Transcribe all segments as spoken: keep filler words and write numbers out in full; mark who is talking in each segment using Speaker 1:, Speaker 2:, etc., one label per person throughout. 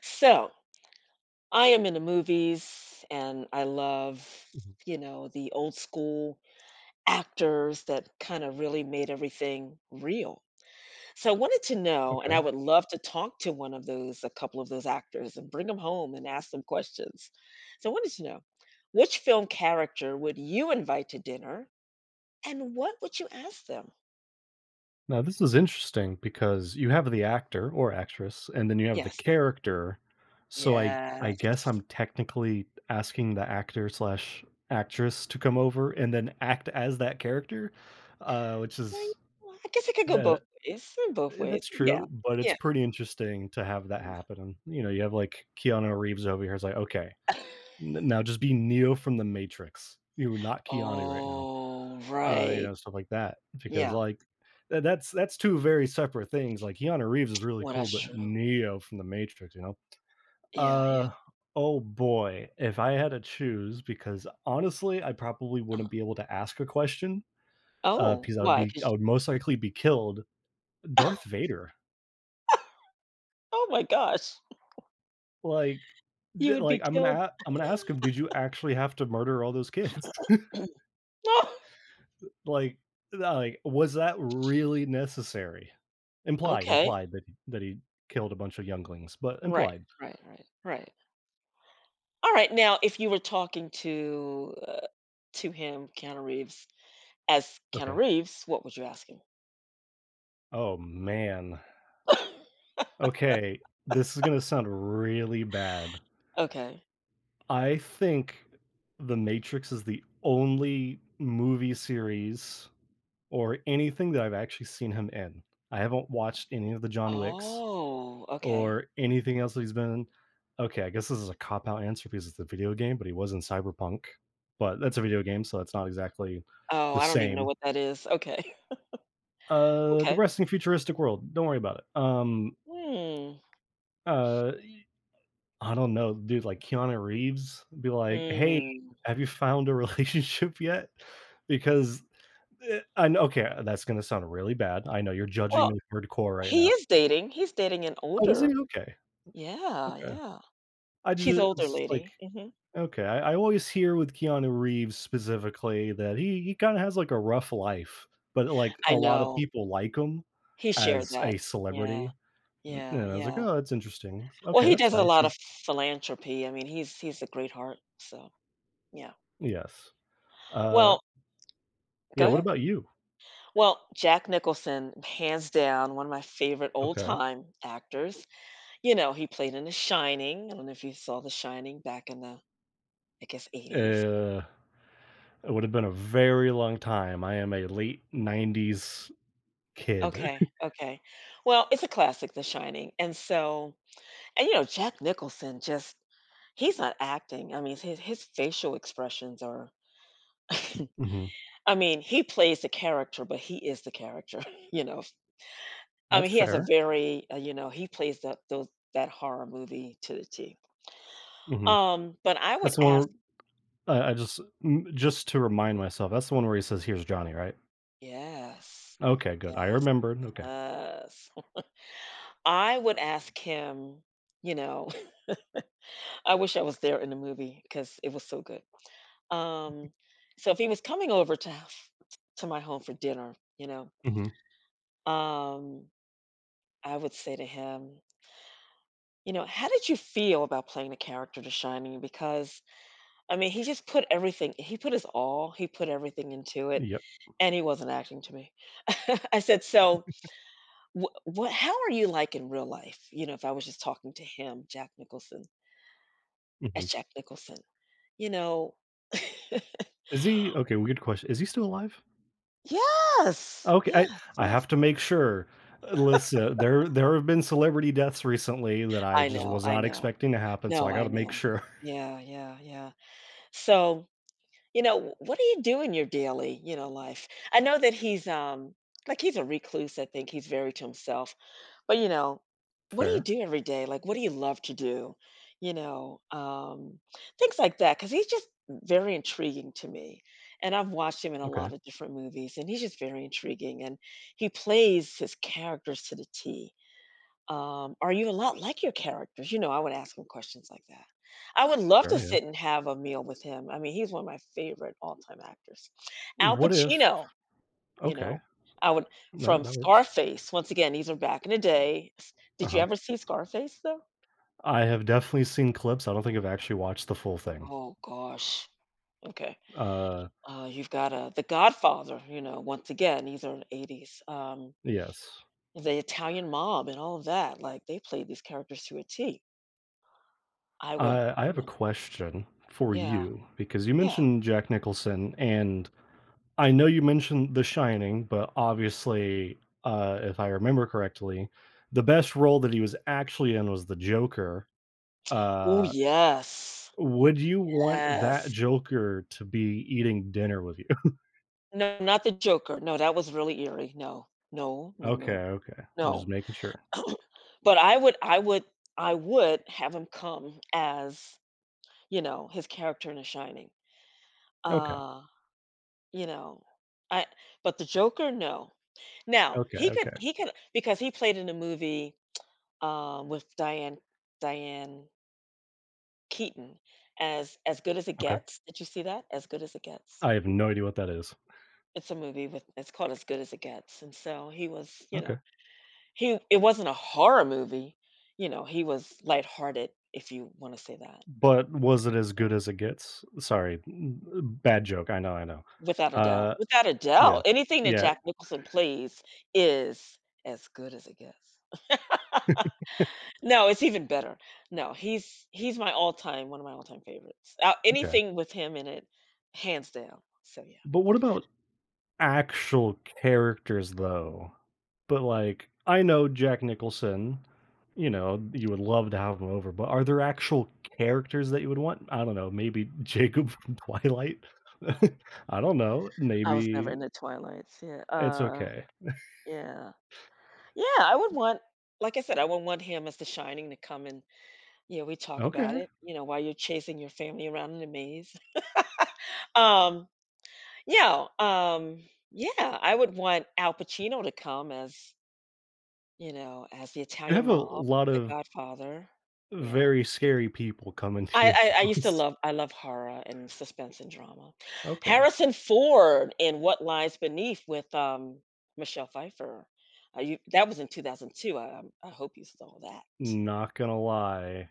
Speaker 1: So, I am in the movies and I love,
Speaker 2: Mhm.
Speaker 1: you know, the old school actors that kind of really made everything real. So, I wanted to know, and
Speaker 2: Okay.
Speaker 1: I would love to talk to one of those, a couple of those actors and bring them home and ask them questions. So, I wanted to know which film character would you invite to dinner and what would you ask them?
Speaker 2: Now this is interesting because you have the actor or actress and then you have the
Speaker 1: Yes.
Speaker 2: character. So I I
Speaker 1: Yes.
Speaker 2: guess I'm technically asking the actor slash actress to come over and then act as that character, uh, which
Speaker 1: I,
Speaker 2: is
Speaker 1: I guess it could go both
Speaker 2: that
Speaker 1: ways. Both ways.
Speaker 2: that's
Speaker 1: But yeah.
Speaker 2: true, but it's
Speaker 1: Yeah.
Speaker 2: pretty interesting to have that
Speaker 1: Yeah.
Speaker 2: happen. And you know, you have like Keanu Reeves over here. It's like, okay, n- now just be Neo from the Matrix. You not Keanu right now.
Speaker 1: Oh,
Speaker 2: Uh, you
Speaker 1: right.
Speaker 2: know, stuff like that. Because
Speaker 1: Yeah.
Speaker 2: like tha that's that's two very separate things. Like Keanu Reeves is really
Speaker 1: Well,
Speaker 2: cool,
Speaker 1: that's
Speaker 2: but
Speaker 1: true.
Speaker 2: Neo from The Matrix, you know?
Speaker 1: Yeah, yeah.
Speaker 2: Uh, oh boy, if I had to choose because honestly, I probably
Speaker 1: Uh,
Speaker 2: wouldn't be able to ask a question, uh,
Speaker 1: oh,
Speaker 2: because I would
Speaker 1: why?
Speaker 2: be I
Speaker 1: 'Cause
Speaker 2: would most likely be killed. Darth Vader,
Speaker 1: oh my gosh,
Speaker 2: like,
Speaker 1: you
Speaker 2: d
Speaker 1: would
Speaker 2: like
Speaker 1: be
Speaker 2: I'm gonna
Speaker 1: killed.
Speaker 2: a I'm gonna ask him, "Did you actually have to murder all those kids?"
Speaker 1: No.
Speaker 2: Like, uh, like, was that really necessary? Implied,
Speaker 1: Okay.
Speaker 2: implied that that he killed a bunch of younglings, but
Speaker 1: Right,
Speaker 2: implied.
Speaker 1: right, right, right. Alright, now if you were talking to, uh, to him, Keanu Reeves, as Keanu
Speaker 2: Okay.
Speaker 1: Reeves, what would you ask him?
Speaker 2: Oh, man. Okay, this is gonna sound really bad.
Speaker 1: Okay.
Speaker 2: I think The Matrix is the only movie series or anything that I've actually seen him in. I haven't watched any of the John Wicks
Speaker 1: Oh, okay.
Speaker 2: or anything else that he's been in. Okay, I guess this is a cop out answer because it's a video game, but he was in Cyberpunk. But that's a video game, so that's not exactly
Speaker 1: Oh,
Speaker 2: the
Speaker 1: I don't even know
Speaker 2: same.
Speaker 1: what that is. Okay.
Speaker 2: Uh
Speaker 1: Okay.
Speaker 2: depressing futuristic world. Don't worry about it. Um
Speaker 1: Hmm.
Speaker 2: uh I don't know, dude, like Keanu Reeves be like, "Hey,
Speaker 1: Mm.
Speaker 2: have you found a relationship yet?" Because eh, I know, okay, that's going to sound really bad. I know you're judging
Speaker 1: Well,
Speaker 2: me hardcore right
Speaker 1: he
Speaker 2: now.
Speaker 1: is dating, he's dating an
Speaker 2: Oh, is
Speaker 1: older.
Speaker 2: he okay?
Speaker 1: Yeah,
Speaker 2: Okay.
Speaker 1: yeah.
Speaker 2: I
Speaker 1: She's older
Speaker 2: just like
Speaker 1: lady, mhm.
Speaker 2: okay, I, I always hear with Keanu Reeves specifically that he he kind of has like a rough life, but like
Speaker 1: I
Speaker 2: a lot of
Speaker 1: know,
Speaker 2: people like him
Speaker 1: he shared
Speaker 2: as
Speaker 1: that.
Speaker 2: a
Speaker 1: Yeah,
Speaker 2: celebrity.
Speaker 1: yeah,
Speaker 2: And I was like,
Speaker 1: yeah.
Speaker 2: oh, that's interesting.
Speaker 1: Well,
Speaker 2: Okay,
Speaker 1: he does
Speaker 2: that's
Speaker 1: a
Speaker 2: nice.
Speaker 1: lot of
Speaker 2: He's
Speaker 1: philanthropy, I mean, he's he's a great heart, so, yeah.
Speaker 2: yes. Uh,
Speaker 1: Well, go
Speaker 2: yeah. What
Speaker 1: ahead.
Speaker 2: about you?
Speaker 1: Well, Jack Nicholson, hands down, one of my favorite
Speaker 2: Okay.
Speaker 1: old-time actors. You know, he played in The Shining, I don't know if you saw The Shining back in the, I guess, eighties.
Speaker 2: Uh, it would have been a very long time. I am a late nineties kid.
Speaker 1: Okay, okay. Well, it's a classic, The Shining, and so, and you know, Jack Nicholson just he's not acting. I mean, his his facial expressions are
Speaker 2: hmm
Speaker 1: I mean, he plays the character, but he is the character, you know. I mean,
Speaker 2: That's
Speaker 1: he has a
Speaker 2: fair.
Speaker 1: very, uh, you know, he plays that those that horror movie to the T.
Speaker 2: Hmm
Speaker 1: Um, but I would
Speaker 2: That's the one.
Speaker 1: ask
Speaker 2: Where, I I just m- just to remind myself, that's the one where he says, "Here's Johnny," right?
Speaker 1: yes.
Speaker 2: Okay, good. I
Speaker 1: Yes.
Speaker 2: remembered. Okay.
Speaker 1: Yes. I would ask him, you know, I wish I was there in the movie because it was so good. Um, so if he was coming over to h- to my home for dinner, you know,
Speaker 2: Mhm.
Speaker 1: Um, I would say to him, you know, "How did you feel about playing the character The Shining?" Because, I mean, he just put everything he put his all, he put everything into it,
Speaker 2: Yep.
Speaker 1: and he wasn't acting to me. I said, "So, wh what how are you like in real life?" You know, if I was just talking to him, Jack Nicholson as
Speaker 2: Mhm.
Speaker 1: Jack Nicholson, you know?
Speaker 2: Is he okay, weird question. Is he still alive?
Speaker 1: Yes!
Speaker 2: Okay, I
Speaker 1: Yes,
Speaker 2: I
Speaker 1: yes.
Speaker 2: have to make sure. Uh, listen, there there have been celebrity deaths recently that I
Speaker 1: I
Speaker 2: just
Speaker 1: know,
Speaker 2: was
Speaker 1: I
Speaker 2: not
Speaker 1: know.
Speaker 2: expecting to happen, so
Speaker 1: No,
Speaker 2: I
Speaker 1: I
Speaker 2: gotta make
Speaker 1: know.
Speaker 2: sure.
Speaker 1: Yeah, yeah, yeah. So you know, what do you do in your daily, you know, life? I know that he's um like he's a recluse, I think he's very to himself. But you know, what do you
Speaker 2: Fair.
Speaker 1: do every day? Like what do you love to do? You know, um things like that cuz he's just very intriguing to me. And I've watched him in a
Speaker 2: Okay.
Speaker 1: lot of different movies and he's just very intriguing and he plays his characters to the T. um, are you a lot like your characters? You know, I would ask him questions like that. I would love to
Speaker 2: Fair, yeah.
Speaker 1: sit and have a meal with him. I mean, he's one of my favorite all time actors. Al
Speaker 2: What if
Speaker 1: Pacino, you
Speaker 2: okay,
Speaker 1: know, I would
Speaker 2: that
Speaker 1: from
Speaker 2: that works.
Speaker 1: Scarface. Once again, these are back in the day. S- did you
Speaker 2: Uh-huh.
Speaker 1: ever see Scarface though?
Speaker 2: I have definitely seen clips. I don't think I've actually watched the full thing.
Speaker 1: Oh gosh. Okay.
Speaker 2: Uh,
Speaker 1: Uh, you've got uh, The Godfather, you know, once again, these are in the eighties. Um,
Speaker 2: yes.
Speaker 1: the Italian mob and all of that. Like they played these characters to a T. I would,
Speaker 2: I I
Speaker 1: you
Speaker 2: have a
Speaker 1: know,
Speaker 2: question for
Speaker 1: yeah,
Speaker 2: you because you
Speaker 1: yeah.
Speaker 2: mentioned Jack Nicholson and I know you mentioned The Shining, but obviously, uh, if I remember correctly, the best role that he was actually in was the Joker.
Speaker 1: Oh
Speaker 2: Uh,
Speaker 1: yes.
Speaker 2: would you want that
Speaker 1: Yes.
Speaker 2: Joker to be eating dinner with you?
Speaker 1: No, not the Joker. No, that was really eerie. No. No, no,
Speaker 2: Okay,
Speaker 1: no.
Speaker 2: okay. I'm
Speaker 1: No.
Speaker 2: just making sure.
Speaker 1: But I would I would I would have him come as, you know, his character in The Shining.
Speaker 2: Okay,
Speaker 1: Uh, you know, I but the Joker, no. Now,
Speaker 2: okay,
Speaker 1: he could
Speaker 2: okay,
Speaker 1: he could because he played in a movie, um, with Diane Diane Keaton, As As Good As It
Speaker 2: okay.
Speaker 1: Gets. Did you see that? As Good As It Gets.
Speaker 2: I have no idea what that is.
Speaker 1: It's a movie with it's called As Good as It Gets, and so he was, you know,
Speaker 2: Okay.
Speaker 1: he it wasn't a horror movie, you know, he was lighthearted, if you wanna say that,
Speaker 2: But was it as good
Speaker 1: so
Speaker 2: as it gets? Sorry, n- bad joke. I know, I know.
Speaker 1: without a doubt
Speaker 2: Uh,
Speaker 1: without a
Speaker 2: yeah,
Speaker 1: doubt, anything that
Speaker 2: yeah,
Speaker 1: Jack Nicholson plays is as good as it gets. No, it's even better. No, he's he's my all-time one of my all-time favorites. Uh,
Speaker 2: okay.
Speaker 1: anything with him in it, hands down, so yeah.
Speaker 2: But what about actual characters though. But like I know Jack Nicholson, you know, you would love to have him over, but are there actual characters that you would want? I don't know, maybe Jacob from Twilight. I don't know.
Speaker 1: I was never
Speaker 2: Maybe
Speaker 1: into Twilights, yeah,
Speaker 2: it's
Speaker 1: uh,
Speaker 2: okay.
Speaker 1: yeah. Yeah, I would want like I said, I would want him as The Shining to come and, yeah, we talk about
Speaker 2: Okay.
Speaker 1: it, you know, while you're chasing your family around in a maze. Um, yeah, um, yeah, I would want Al Pacino to come as, you know, as the
Speaker 2: You
Speaker 1: Italian
Speaker 2: have a
Speaker 1: mob,
Speaker 2: lot
Speaker 1: the
Speaker 2: of
Speaker 1: Godfather. Yeah.
Speaker 2: very scary people coming to
Speaker 1: I,
Speaker 2: your
Speaker 1: I, I used to
Speaker 2: house.
Speaker 1: love I love horror and suspense and drama.
Speaker 2: Okay.
Speaker 1: Harrison Ford in What Lies Beneath with um Michelle Pfeiffer. Uh, you, that was in two thousand two. I, um, I hope you saw that.
Speaker 2: Not gonna lie,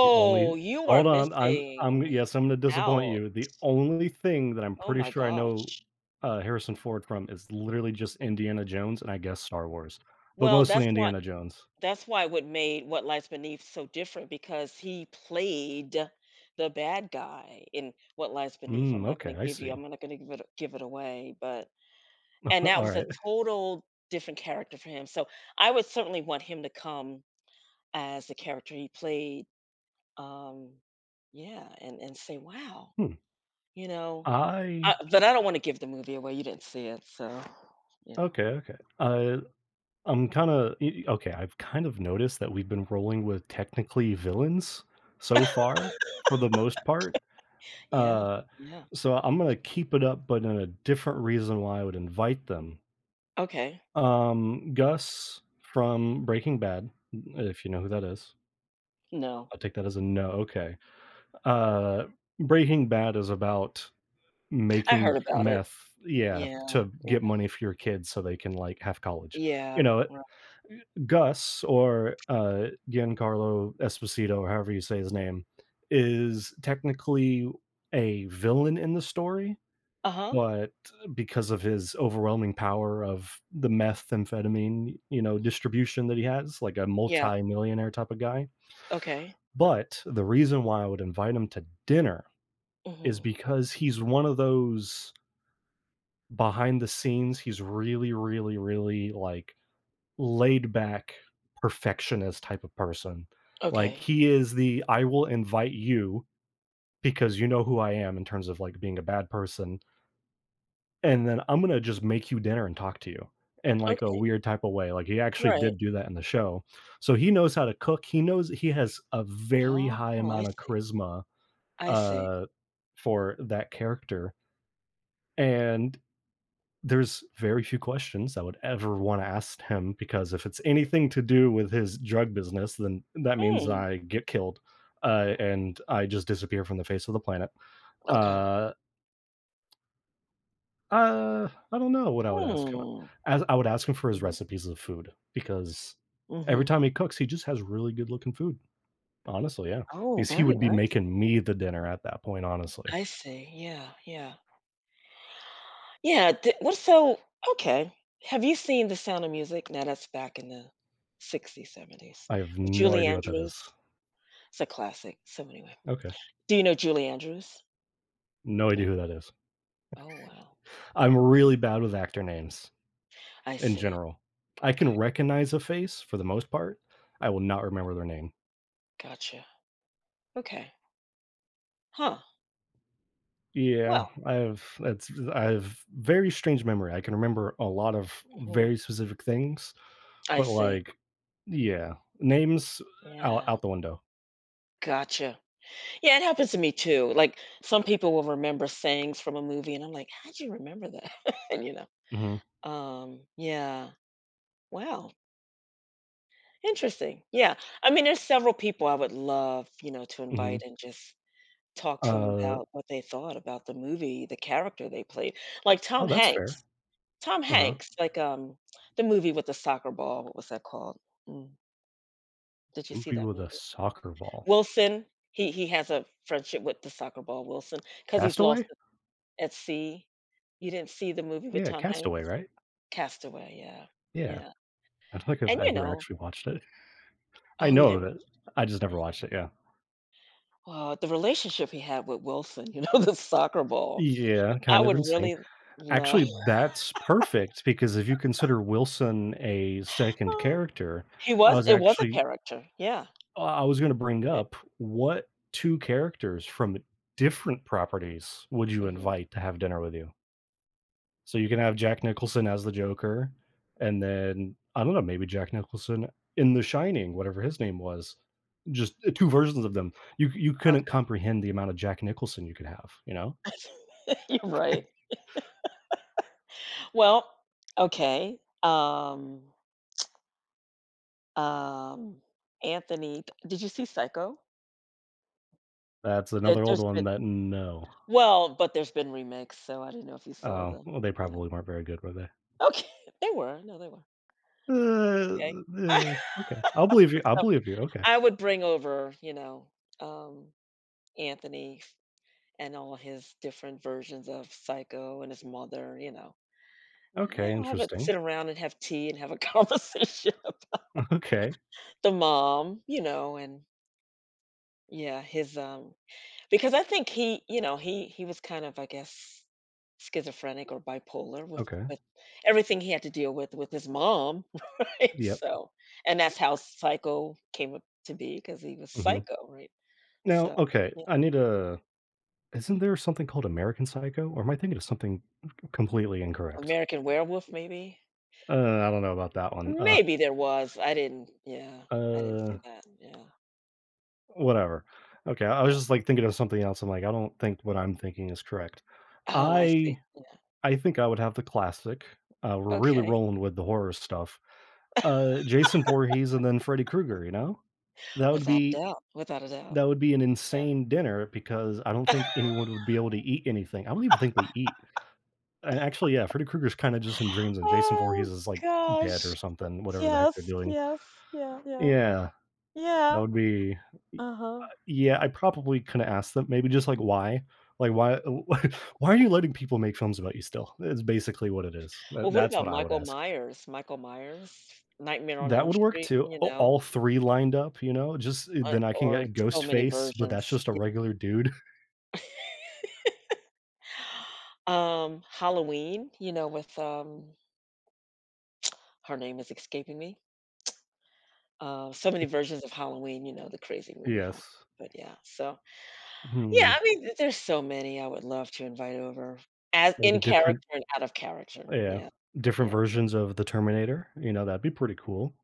Speaker 2: the only
Speaker 1: you are
Speaker 2: hold on, I'm I'm
Speaker 1: missing
Speaker 2: yes, I'm gonna disappoint
Speaker 1: out.
Speaker 2: you. The only thing that I'm
Speaker 1: Oh
Speaker 2: pretty
Speaker 1: my
Speaker 2: sure I know,
Speaker 1: gosh.
Speaker 2: uh, Harrison Ford from is literally just Indiana Jones and I guess Star Wars, but
Speaker 1: Well, that's
Speaker 2: mostly
Speaker 1: why
Speaker 2: Indiana Jones.
Speaker 1: that's why what made What Lies Beneath so different because he played the bad guy in What Lies Beneath. I'm
Speaker 2: Mm,
Speaker 1: not
Speaker 2: okay,
Speaker 1: gonna
Speaker 2: I
Speaker 1: give you
Speaker 2: see.
Speaker 1: I'm not gonna give it give it away, but and that was a
Speaker 2: Alright.
Speaker 1: total different character for him. So I would certainly want him to come as the character he played. Um, yeah, and and say, wow,
Speaker 2: Hmm.
Speaker 1: you know, Uh,
Speaker 2: I
Speaker 1: but I don't wanna give the movie away, you didn't see it, so, you know.
Speaker 2: okay, okay. Uh, I'm kinda okay, I've kind of noticed that we've been rolling with technically villains so far for the most part.
Speaker 1: Yeah,
Speaker 2: Uh,
Speaker 1: yeah.
Speaker 2: so I'm gonna keep it up, but in a different reason why I would invite them.
Speaker 1: Okay.
Speaker 2: Um, Gus from Breaking Bad, if you know who that is.
Speaker 1: No.
Speaker 2: I'll take that as a no, okay. Uh, Breaking Bad is about
Speaker 1: I heard
Speaker 2: making
Speaker 1: about it.
Speaker 2: meth yeah,
Speaker 1: Yeah,
Speaker 2: to
Speaker 1: yeah,
Speaker 2: get money for your kids so they can, like, have college. You
Speaker 1: yeah,
Speaker 2: know,
Speaker 1: right.
Speaker 2: Gus or, uh, Giancarlo Esposito, or however you say his name, is technically a villain in the story
Speaker 1: Uh-huh.
Speaker 2: but because of his overwhelming power of the methamphetamine, you know, distribution that he has, like a
Speaker 1: Yeah,
Speaker 2: multi-millionaire type of guy.
Speaker 1: okay.
Speaker 2: But the reason why I would invite him to dinner is
Speaker 1: Mhm.
Speaker 2: because he's one of those behind the scenes, he's really, really, really like laid back perfectionist type of person. Like
Speaker 1: Okay.
Speaker 2: he is the I will invite you because you know who I am in terms of like being a bad person and then I'm gonna just make you dinner and talk to you in like a
Speaker 1: Okay,
Speaker 2: weird type of way. Like he actually
Speaker 1: right.
Speaker 2: did do that in the show. So he knows how to cook. He knows he has a very
Speaker 1: Oh,
Speaker 2: high
Speaker 1: I
Speaker 2: amount of
Speaker 1: see.
Speaker 2: charisma
Speaker 1: I see.
Speaker 2: uh, for that character. And there's very few questions I would ever want to ask him because if it's anything to do with his drug business, then that means
Speaker 1: Mm,
Speaker 2: I get killed uh, and I just disappear from the face of the planet.
Speaker 1: okay.
Speaker 2: Uh, Uh, I don't know what I would ask him.
Speaker 1: Mm,
Speaker 2: As I would ask him for his
Speaker 1: mhm,
Speaker 2: recipes of food because every
Speaker 1: mhm.
Speaker 2: time he cooks, he just has really good looking food. Honestly, yeah,
Speaker 1: Oh,
Speaker 2: because he
Speaker 1: very
Speaker 2: would be
Speaker 1: nice.
Speaker 2: making me the dinner at that point. Honestly,
Speaker 1: I see, yeah, yeah. Yeah, th what so okay. Have you seen The Sound of Music? Now that's back in the sixties, seventies
Speaker 2: I have
Speaker 1: with
Speaker 2: no
Speaker 1: Julie
Speaker 2: idea what that is.
Speaker 1: Andrews. It's a classic, so anyway.
Speaker 2: Okay,
Speaker 1: Do you know Julie Andrews?
Speaker 2: no
Speaker 1: No.
Speaker 2: idea who that is.
Speaker 1: Oh, wow.
Speaker 2: I'm really bad with actor names
Speaker 1: I
Speaker 2: in
Speaker 1: see.
Speaker 2: general. I can
Speaker 1: Okay,
Speaker 2: recognize a face for the most part. I will not remember their name.
Speaker 1: gotcha. Okay. Huh.
Speaker 2: Yeah,
Speaker 1: Well
Speaker 2: I have that's I have very strange memory. I can remember a lot of
Speaker 1: mhm,
Speaker 2: very specific things
Speaker 1: I
Speaker 2: but,
Speaker 1: see.
Speaker 2: like yeah, names uh, out
Speaker 1: Yeah,
Speaker 2: out the window.
Speaker 1: gotcha. Yeah, it happens to me too, like, some people will remember sayings from a movie, and I'm like, "How'd you remember that?" And you know?
Speaker 2: Mhm,
Speaker 1: Um, yeah. Wow. Interesting. Yeah. I mean, there's several people I would love, you know, to
Speaker 2: mhm.
Speaker 1: invite and just talk to them
Speaker 2: Uh,
Speaker 1: about what they thought about the movie, the character they played. Like
Speaker 2: oh,
Speaker 1: Tom
Speaker 2: that's fair.
Speaker 1: Hanks. Tom
Speaker 2: Uh-huh.
Speaker 1: Hanks, like, um, the movie with the soccer ball, what was that called? Mm, did you see
Speaker 2: Loopy
Speaker 1: that
Speaker 2: with a
Speaker 1: movie?
Speaker 2: soccer ball.
Speaker 1: Wilson, he he has a friendship with the soccer ball Wilson, because he's lost
Speaker 2: Castaway?
Speaker 1: at at sea. You didn't see the movie with
Speaker 2: Yeah,
Speaker 1: Tom
Speaker 2: Castaway,
Speaker 1: Hanks?
Speaker 2: right?
Speaker 1: Castaway, yeah.
Speaker 2: Yeah.
Speaker 1: Yeah.
Speaker 2: I don't think
Speaker 1: And,
Speaker 2: I've
Speaker 1: you
Speaker 2: ever
Speaker 1: know,
Speaker 2: actually watched it. I
Speaker 1: oh, you
Speaker 2: know of
Speaker 1: didn't.
Speaker 2: it. I just never watched it, yeah.
Speaker 1: Well, the relationship he had with Wilson, you know, the soccer ball,
Speaker 2: Yeah,
Speaker 1: I
Speaker 2: kind of
Speaker 1: would
Speaker 2: insane.
Speaker 1: really love
Speaker 2: Actually, that's perfect because if you consider Wilson a second character,
Speaker 1: he
Speaker 2: I
Speaker 1: was
Speaker 2: was
Speaker 1: it was a
Speaker 2: actually
Speaker 1: character, yeah,
Speaker 2: uh, I was going to bring
Speaker 1: it
Speaker 2: up what two characters from different properties would you
Speaker 1: mhm,
Speaker 2: invite to have dinner with you? So you can have Jack Nicholson as the Joker, and then I don't know, maybe Jack Nicholson in The Shining, whatever his name was. Just uh, two versions of them. You you couldn't
Speaker 1: okay.
Speaker 2: comprehend the amount of Jack Nicholson you could have. You know,
Speaker 1: You're right. Well, okay, um, um, Anthony did you see Psycho?
Speaker 2: that's
Speaker 1: There
Speaker 2: another old
Speaker 1: there's been
Speaker 2: one that no,
Speaker 1: well, but there's been remakes, so I didn't know if you saw
Speaker 2: oh,
Speaker 1: them,
Speaker 2: well, they
Speaker 1: you know.
Speaker 2: probably weren't very good, were they?
Speaker 1: Okay, they were, no, they were,
Speaker 2: Uh,
Speaker 1: okay.
Speaker 2: uh, okay, I'll believe you. I'll
Speaker 1: So,
Speaker 2: believe you. Okay,
Speaker 1: I would bring over, you know, um, Anthony and all his different versions of Psycho and his mother, you know.
Speaker 2: okay,
Speaker 1: I'll have it
Speaker 2: interesting.
Speaker 1: sit around and have tea and have a conversation about
Speaker 2: Okay,
Speaker 1: the mom, you know, and yeah, his um because I think he, you know, he he was kind of I guess schizophrenic or bipolar with
Speaker 2: okay.
Speaker 1: with everything he had to deal with with his mom, right?
Speaker 2: Yep.
Speaker 1: So, and that's how Psycho came up to be because he was
Speaker 2: hmm
Speaker 1: psycho, right?
Speaker 2: Now,
Speaker 1: So,
Speaker 2: okay,
Speaker 1: yeah,
Speaker 2: I need a. Isn't there something called American Psycho, or am I thinking of something completely incorrect?
Speaker 1: American Werewolf maybe.
Speaker 2: Uh, I don't know about that one. Uh,
Speaker 1: Maybe there was, I didn't yeah, I didn't see
Speaker 2: uh,
Speaker 1: that, yeah,
Speaker 2: Whatever. Okay, I
Speaker 1: yeah.
Speaker 2: was just like thinking of something else. I'm like, I don't think what I'm thinking is correct.
Speaker 1: Oh, I see,
Speaker 2: I I think I would have the classic. Uh, we're
Speaker 1: yeah,
Speaker 2: really
Speaker 1: okay.
Speaker 2: rolling with the horror stuff. Uh, Jason Voorhees and then Freddy Krueger. You know, that would
Speaker 1: Without a
Speaker 2: be
Speaker 1: doubt, without a doubt,
Speaker 2: that would be an
Speaker 1: yeah.
Speaker 2: insane dinner because I don't think anyone would be able to eat anything. I don't even think they eat. And actually, yeah, Freddy Krueger's kinda just in dreams and Jason Voorhees
Speaker 1: Oh
Speaker 2: is, like, dead
Speaker 1: gosh,
Speaker 2: or something, whatever the heck they're
Speaker 1: yes,
Speaker 2: doing.
Speaker 1: yes, yeah, yeah,
Speaker 2: Yeah, that
Speaker 1: yeah,
Speaker 2: would be
Speaker 1: uh-huh.
Speaker 2: yeah, I probably coulda asked them maybe just, like, why? Like, why why are you letting people make films about you still? It's basically what it is.
Speaker 1: Well,
Speaker 2: That
Speaker 1: what
Speaker 2: that's
Speaker 1: about
Speaker 2: what I would
Speaker 1: Michael
Speaker 2: ask.
Speaker 1: Myers? Michael Myers, Nightmare on
Speaker 2: That
Speaker 1: Elm
Speaker 2: would work
Speaker 1: Street,
Speaker 2: too.
Speaker 1: you
Speaker 2: A
Speaker 1: know,
Speaker 2: all three lined up, you know, just eh,
Speaker 1: uh,
Speaker 2: then I can
Speaker 1: or
Speaker 2: get
Speaker 1: so many
Speaker 2: Ghostface, but that's
Speaker 1: versions,
Speaker 2: just a
Speaker 1: yeah.
Speaker 2: regular dude.
Speaker 1: Um, Halloween, you know, with, um her name is escaping me. Uh, so many versions of Halloween, you know, the crazy movie Halloween.
Speaker 2: Yes.
Speaker 1: But yeah, so yeah,
Speaker 2: Hmm,
Speaker 1: I mean, th- there's so many I would love to invite over as
Speaker 2: maybe
Speaker 1: in
Speaker 2: different
Speaker 1: character and out of character.
Speaker 2: yeah,
Speaker 1: Yeah.
Speaker 2: different
Speaker 1: Yeah.
Speaker 2: versions of the Terminator, you know, that'd be pretty cool.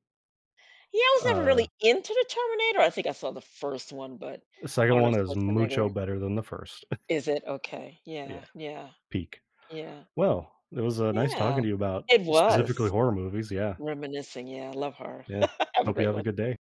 Speaker 1: Yeah, I was never
Speaker 2: Uh,
Speaker 1: really into the Terminator. I think I saw the first one, but
Speaker 2: the second one
Speaker 1: Arnold
Speaker 2: is mucho
Speaker 1: Schwarzenegger.
Speaker 2: better than the first.
Speaker 1: Is it okay?
Speaker 2: Yeah,
Speaker 1: Yeah, yeah,
Speaker 2: peak.
Speaker 1: yeah,
Speaker 2: Well, it was, uh, nice
Speaker 1: yeah.
Speaker 2: talking to you about
Speaker 1: It was
Speaker 2: specifically horror movies, yeah,
Speaker 1: reminiscing. Yeah, I love her.
Speaker 2: yeah.
Speaker 1: Have a
Speaker 2: Hope you
Speaker 1: great
Speaker 2: have a
Speaker 1: one.
Speaker 2: good day.